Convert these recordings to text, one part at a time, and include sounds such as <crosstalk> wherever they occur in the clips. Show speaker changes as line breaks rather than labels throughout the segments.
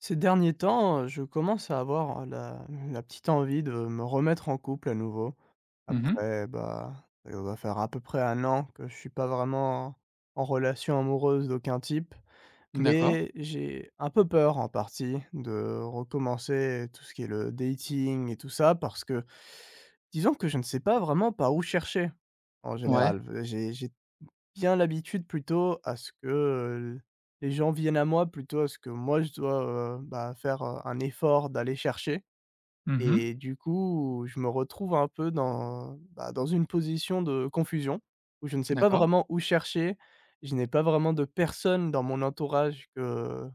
Ces derniers temps, je commence à avoir la petite envie de me remettre en couple à nouveau.
Mmh mh.
Après, bah, ça va faire à peu près un an que je suis pas vraiment en relation amoureuse d'aucun type,
D'accord.
mais j'ai un peu peur en partie de recommencer tout ce qui est le dating et tout ça parce que disons que je ne sais pas vraiment par où chercher en
Ouais.
général. J'ai bien l'habitude plutôt à ce que, les gens viennent à moi plutôt à ce que moi je dois, bah, faire, un effort d'aller chercher
Mmh mh.
et du coup, je me retrouve un peu dans, bah, dans une position de confusion où je ne sais pas
D'accord.
vraiment où chercher. Je n'ai pas vraiment de personne dans mon entourage que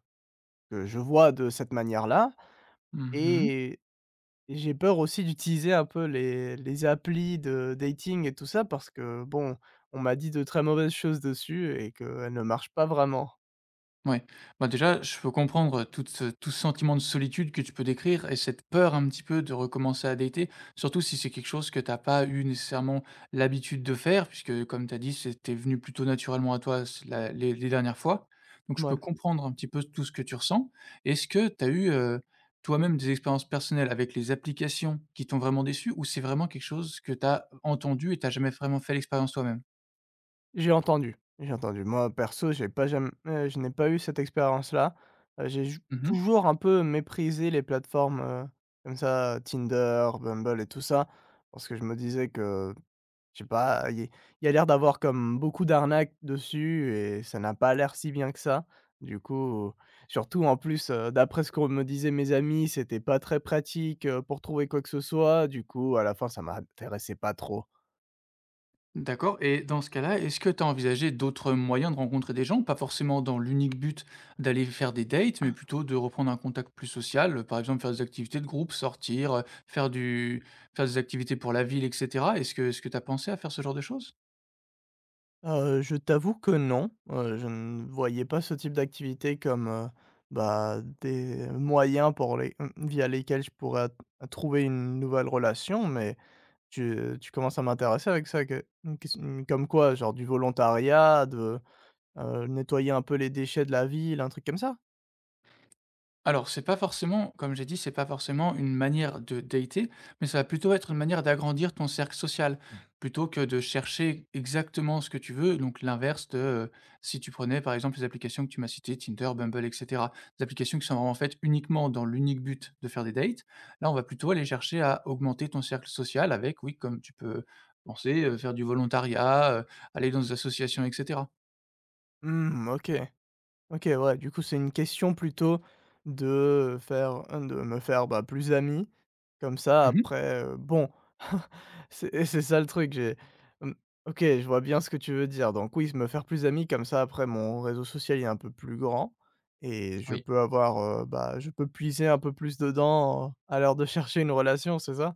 que je vois de cette manière-là
Mmh mh.
et j'ai peur aussi d'utiliser un peu les applis de dating et tout ça parce que bon, on m'a dit de très mauvaises choses dessus et qu'elles ne marchent pas vraiment.
Ouais. Bah, déjà, je peux comprendre tout ce sentiment de solitude que tu peux décrire et cette peur un petit peu de recommencer à dater, surtout si c'est quelque chose que tu as pas eu nécessairement l'habitude de faire puisque comme tu as dit, c'était venu plutôt naturellement à toi s la les dernières fois. Donc je peux
Ouais,
comprendre un petit peu tout ce que tu ressens. Est-ce que tu as eu, toi-même des expériences personnelles avec les applications qui t'ont vraiment déçu ou c'est vraiment quelque chose que tu as entendu et tu as jamais vraiment fait l'expérience toi-même?
j'ai entendu. Moi perso, j'ai pas jamais je n'ai pas eu cette expérience-là. J'ai j
Mmh.
toujours un peu méprisé les plateformes, comme ça, Tinder, Bumble et tout ça, parce que je me disais que je sais pas, il y a l'air d'avoir comme beaucoup d'arnaques dessus et ça n'a pas l'air si bien que ça. Du coup, surtout en plus, d'après ce qu'on me disaient mes amis, c'était pas très pratique, pour trouver quoi que ce soit. Du coup, à la fin, ça m'intéressait pas trop.
D'accord. Et dans ce cas-là, est-ce que tu as envisagé d'autres moyens de rencontrer des gens? Pas forcément dans l'unique but d'aller faire des dates, mais plutôt de reprendre un contact plus social, par exemple faire des activités de groupe, sortir, faire des activités pour la ville et cetera. Est-ce que tu as pensé à faire ce genre de choses?
Je t'avoue que non, je ne voyais pas ce type d'activité comme, bah, des moyens pour les via lesquels je pourrais trouver une nouvelle relation. Mais Tu, tu commences à m'intéresser avec ça, que une ques comme quoi, genre du volontariat, de, nettoyer un peu les déchets de la ville, un truc comme ça?
Alors, c'est pas forcément comme j'ai dit, c'est pas forcément une manière de dater, mais ça va plutôt être une manière d'agrandir ton cercle social, plutôt que de chercher exactement ce que tu veux, donc l'inverse de, si tu prenais par exemple les applications que tu m'as citées, Tinder, Bumble et cetera. Des applications qui sont vraiment faites uniquement dans l'unique but de faire des dates. Là, on va plutôt aller chercher à augmenter ton cercle social avec, oui, comme tu peux penser, faire du volontariat, aller dans des associations et cetera.
Mmh, OK. OK, ouais, du coup, c'est une question plutôt de faire hein, de me faire, bah, plus ami. Comme ça,
Mmh.
après, bon, <laughs> c'est ça le truc, hem, OK, je vois bien ce que tu veux dire. Donc oui, me faire plus ami, comme ça, après, mon réseau social est un peu plus grand et je
Oui.
peux avoir, bah, je peux puiser un peu plus dedans à l'heure de chercher une relation, c'est ça?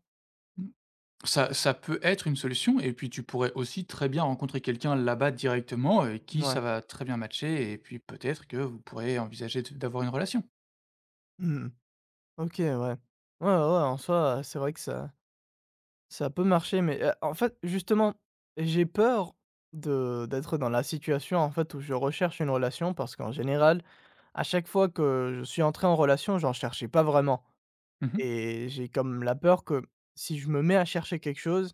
Ça peut être une solution et puis tu pourrais aussi très bien rencontrer quelqu'un là-bas directement, qui
Ouais.
ça va très bien matcher et puis peut-être que vous pourrez envisager de d'avoir une relation.
Mmh. OK, ouais. Ouais, ouais, en soi, c'est vrai que ça peut marcher, mais, en fait, justement, j'ai peur de d'être dans la situation, en fait, où je recherche une relation parce qu'en général, à chaque fois que je suis entré en relation, j'en cherchais pas vraiment
Mmh mh.
et j'ai comme la peur que si je me mets à chercher quelque chose,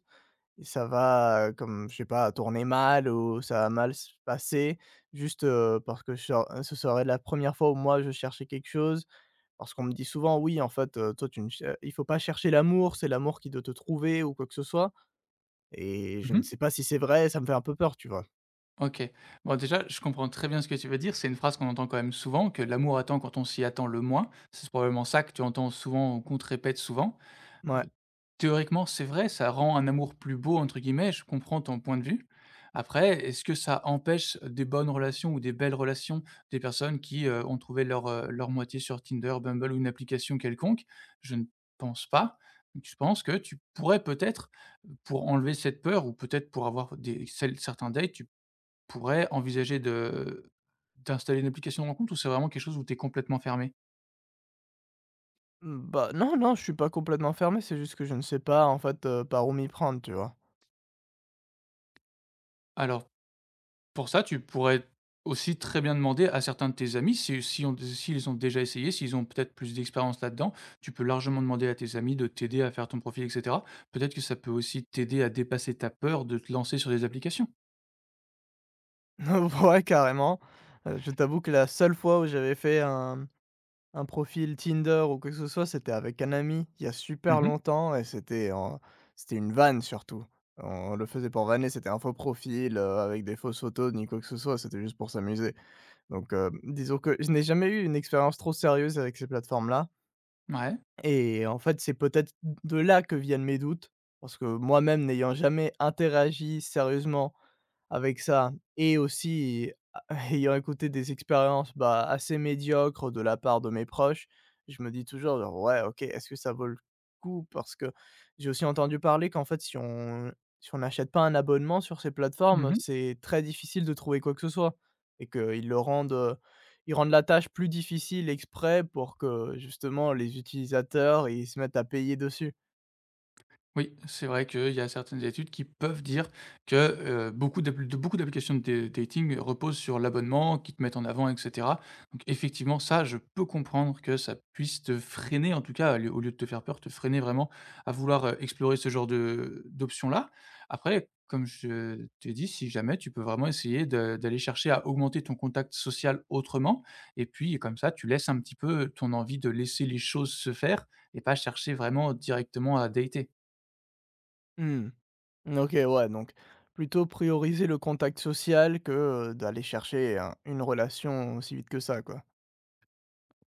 ça va, comme, je sais pas, tourner mal ou ça va mal se passer juste, parce que je ser ce serait la première fois où moi je cherchais quelque chose. Parce qu'on me dit souvent: «Oui, en fait, toi tu ne cher il faut pas chercher l'amour, c'est l'amour qui doit te trouver» ou quoi que ce soit. Et je ne
Mmh.
sais pas si c'est vrai, ça me fait un peu peur, tu vois?
OK. Bon, déjà, je comprends très bien ce que tu veux dire, c'est une phrase qu'on entend quand même souvent, que l'amour attend quand on s'y attend le moins. C'est probablement ça que tu entends souvent ou qu'on te répète souvent. Heu,
Ouais.
théoriquement, c'est vrai, ça rend «un amour plus beau» entre guillemets, je comprends ton point de vue. Après, est-ce que ça empêche des bonnes relations ou des belles relations des personnes qui, ont trouvé leur, leur moitié sur Tinder, Bumble ou une application quelconque? Je ne pense pas. Je pense que tu pourrais peut-être, pour enlever cette peur ou peut-être pour avoir des cel certains dates, tu pourrais envisager de d'installer une application de rencontre ou c'est vraiment quelque chose où tu es complètement fermé.
Mmh, bah, non, je suis pas complètement fermé, c'est juste que je ne sais pas, en fait, par où m'y prendre, tu vois?
Alors, pour ça, tu pourrais aussi très bien demander à certains de tes amis, si si ont s'ils ont déjà essayé, s'ils ont peut-être plus d'expérience là-dedans, tu peux largement demander à tes amis de t'aider à faire ton profil et cetera. Peut-être que ça peut aussi t'aider à dépasser ta peur de te lancer sur des applications.
<laughs> Ouais, carrément. Je t'avoue que la seule fois où j'avais fait un profil Tinder ou quoi que ce soit, c'était avec un ami, il y a super
Mmh.
longtemps et c'était une vanne surtout. On le faisait pour vanner, c'était un faux profil, avec des fausses photos ni quoi que ce soit, c'était juste pour s'amuser. Donc, disons que je n'ai jamais eu une expérience trop sérieuse avec ces plateformes-là.
Ouais.
Et en fait, c'est peut-être de là que viennent mes doutes, parce que moi-même n'ayant jamais interagi sérieusement avec ça et aussi <laughs> ayant écouté des expériences, bah, assez médiocres de la part de mes proches, je me dis toujours genre: «Ouais, OK, est-ce que ça vaut le coup?» parce que j'ai aussi entendu parler qu'en fait, si on n'achète pas un abonnement sur ces plateformes,
Mmh.
c'est très difficile de trouver quoi que ce soit et ils rendent la tâche plus difficile exprès pour que justement les utilisateurs, ils se mettent à payer dessus.
Oui, c'est vrai qu'il y a certaines études qui peuvent dire que beaucoup d'applications de dating reposent sur l'abonnement, qui te mettent en avant, etc. Donc effectivement, ça, je peux comprendre que ça puisse te freiner, en tout cas, au lieu de te faire peur, te freiner vraiment à vouloir explorer ce genre de d'options-là. Après, comme je t'ai dit, si jamais, tu peux vraiment essayer d'aller chercher à augmenter ton contact social autrement. Et puis, comme ça, tu laisses un petit peu ton envie de laisser les choses se faire et pas chercher vraiment directement à dater.
Mmh. OK, ouais, donc plutôt prioriser le contact social que, d'aller chercher un une relation aussi vite que ça, quoi.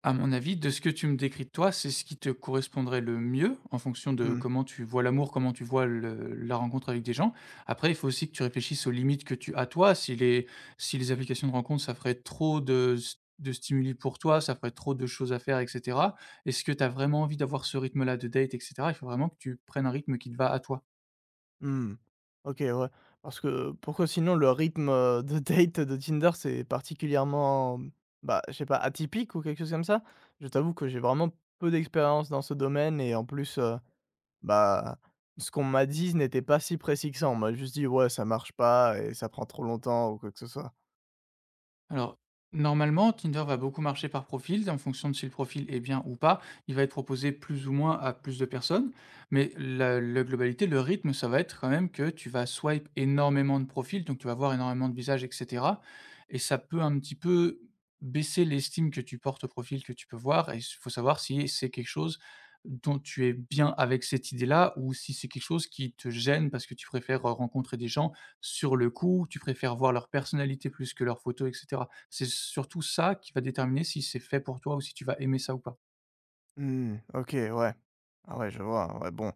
À mon avis, de ce que tu me décris de toi, c'est ce qui te correspondrait le mieux en fonction de
Mmh.
comment tu vois l'amour, comment tu vois le la rencontre avec des gens. Après, il faut aussi que tu réfléchisses aux limites que tu as toi. Si les applications de rencontre, ça ferait trop de stimuli pour toi, ça ferait trop de choses à faire et cetera. Est-ce que tu as vraiment envie d'avoir ce rythme-là de date et cetera? Il faut vraiment que tu prennes un rythme qui te va à toi.
Mmh. OK, ouais. Parce que pourquoi sinon le rythme, de date de Tinder, c'est particulièrement, bah, je sais pas, atypique ou quelque chose comme ça? Je t'avoue que j'ai vraiment peu d'expérience dans ce domaine et en plus, heu. Bah, ce qu'on m'a dit n'était pas si précis que ça. On m'a juste dit: «Ouais, ça marche pas et ça prend trop longtemps» ou quoi que ce soit.
Alors, normalement, Tinder va beaucoup marcher par profil. En fonction de si le profil est bien ou pas, il va être proposé plus ou moins à plus de personnes. Mais la globalité, le rythme, ça va être quand même que tu vas swipe énormément de profils, donc tu vas voir énormément de visages, etc. Et ça peut un petit peu baisser l'estime que tu portes au profil que tu peux voir. Et il faut savoir si c'est quelque chose dont tu es bien avec cette idée-là ou si c'est quelque chose qui te gêne parce que tu préfères rencontrer des gens sur le coup, tu préfères voir leur personnalité plus que leurs photos et cetera. C'est surtout ça qui va déterminer si c'est fait pour toi ou si tu vas aimer ça ou pas.
Mmh, OK, ouais. Ah ouais, je vois, ouais, bon,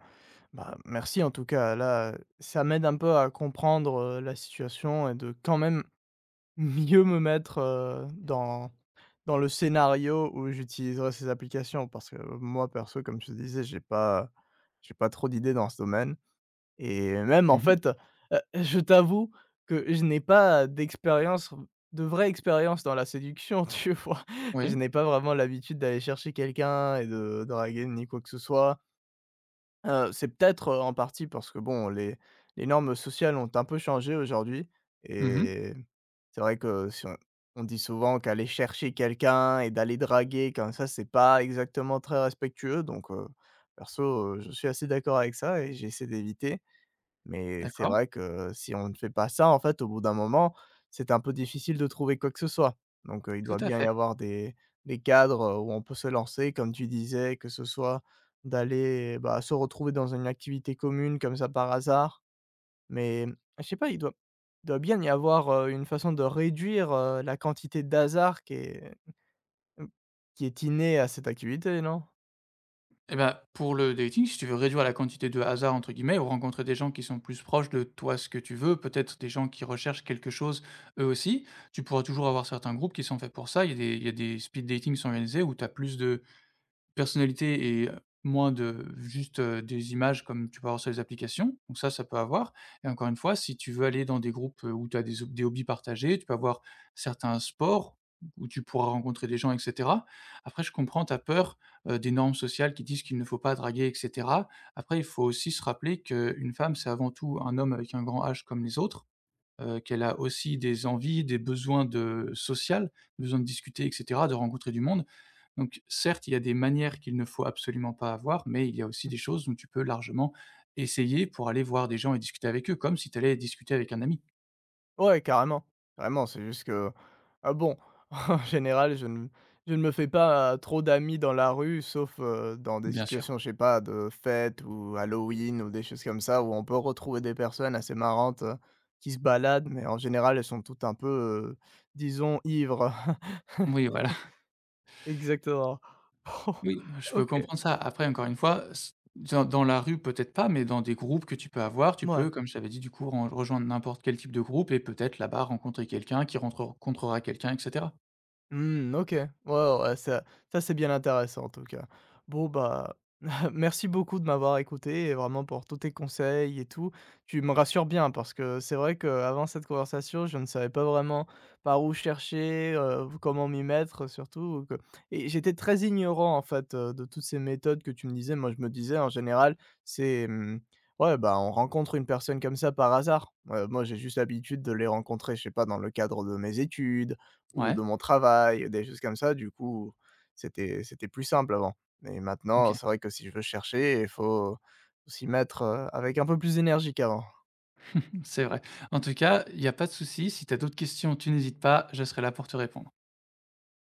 bah, merci en tout cas. Là, ça m'aide un peu à comprendre, la situation et de quand même <laughs> mieux me mettre, dans le scénario où j'utiliserai ces applications. Parce que moi perso, comme je te disais, j'ai pas trop d'idées dans ce domaine. Et même
Mmh
en
mh.
fait, je t'avoue que je n'ai pas d'expérience, de vraie expérience dans la séduction, <laughs> tu vois? Je
Oui.
n'ai pas vraiment l'habitude d'aller chercher quelqu'un et de draguer ni quoi que ce soit. C'est peut-être, en partie parce que bon, les normes sociales ont un peu changé aujourd'hui
Mmh mh.
et c'est vrai que si on on dit souvent qu'aller chercher quelqu'un et d'aller draguer comme ça, c'est pas exactement très respectueux donc perso, je suis assez d'accord avec ça et j'essaie d'éviter. Mais c'est
D'accord.
vrai que si on ne fait pas ça, en fait, au bout d'un moment, c'est un peu difficile de trouver quoi que ce soit. Donc, il
Tout
doit
à
bien y
fait.
avoir des cadres, où on peut se lancer, comme tu disais, que ce soit d'aller, bah, se retrouver dans une activité commune comme ça par hasard. Mais, je sais pas, il doit bien y avoir, une façon de réduire, la quantité d'hasard Mmh, qui est inné à cette activité, non?
Et bah, pour le dating, si tu veux réduire la quantité de «hasard» entre guillemets ou rencontrer des gens qui sont plus proches de toi, ce que tu veux, peut-être des gens qui recherchent quelque chose eux aussi, tu pourras toujours avoir certains groupes qui sont faits pour ça. Il y a des speed dating organisés où tu as plus de personnalité et moins de juste, des images comme tu peux avoir sur les applications, donc ça peut avoir et encore une fois, si tu veux aller dans des groupes, où tu as des hobbies partagés, tu peux avoir certains sports où tu pourras rencontrer des gens et cetera. Après, je comprends ta peur, des normes sociales qui disent qu'il ne faut pas draguer et cetera. Après, il faut aussi se rappeler qu'une femme, c'est avant tout un homme avec un grand H comme les autres, qu'elle a aussi des envies, des besoins de social, besoin de discuter et cetera, de rencontrer du monde. Donc certes, il y a des manières qu'il ne faut absolument pas avoir, mais il y a aussi des choses dont tu peux largement essayer pour aller voir des gens et discuter avec eux, comme si tu allais discuter avec un ami.
Ouais, carrément, vraiment. C'est juste que, ah bon, <laughs> en général, je ne me fais pas trop d'amis dans la rue, sauf, dans des
Bien sûr.
situations, je sais pas, de fête ou Halloween ou des choses comme ça, où on peut retrouver des personnes assez marrantes, qui se baladent, mais en général, elles sont toutes un peu, heu, disons, ivres. <laughs>
Oui, voilà.
Exactement. <laughs>
Oui. Je peux
OK.
comprendre ça. Après, encore une fois, s dans dans la rue, peut-être pas, mais dans des groupes que tu peux avoir, tu
Ouais.
peux, comme je t'avais dit, du coup, ren rejoindre n'importe quel type de groupe et peut-être là-bas rencontrer quelqu'un qui rentre rencontrera quelqu'un, et cetera.
Mmh, OK. Ouais, ça c'est bien intéressant, en tout cas. Bon, bah, <laughs> merci beaucoup de m'avoir écouté et vraiment pour tous tes conseils et tout. Tu me rassures bien parce que c'est vrai qu'avant cette conversation, je ne savais pas vraiment par où chercher, comment m'y mettre, surtout que j'étais très ignorant, en fait, de toutes ces méthodes que tu me disais. Moi, je me disais, en général, c'est, mmh, ouais, bah, on rencontre une personne comme ça par hasard. Moi, j'ai juste l'habitude de les rencontrer, je sais pas, dans le cadre de mes études, ou
Ouais,
de mon travail, des choses comme ça. Du coup, c'était plus simple avant. Mais
OK.
maintenant, c'est vrai que si je veux chercher, il faut s'y mettre, avec un peu plus d'énergie qu'avant.
<laughs> C'est vrai. En tout cas, il n'y a pas de souci, si tu as d'autres questions, tu n'hésites pas, je serai là pour te répondre.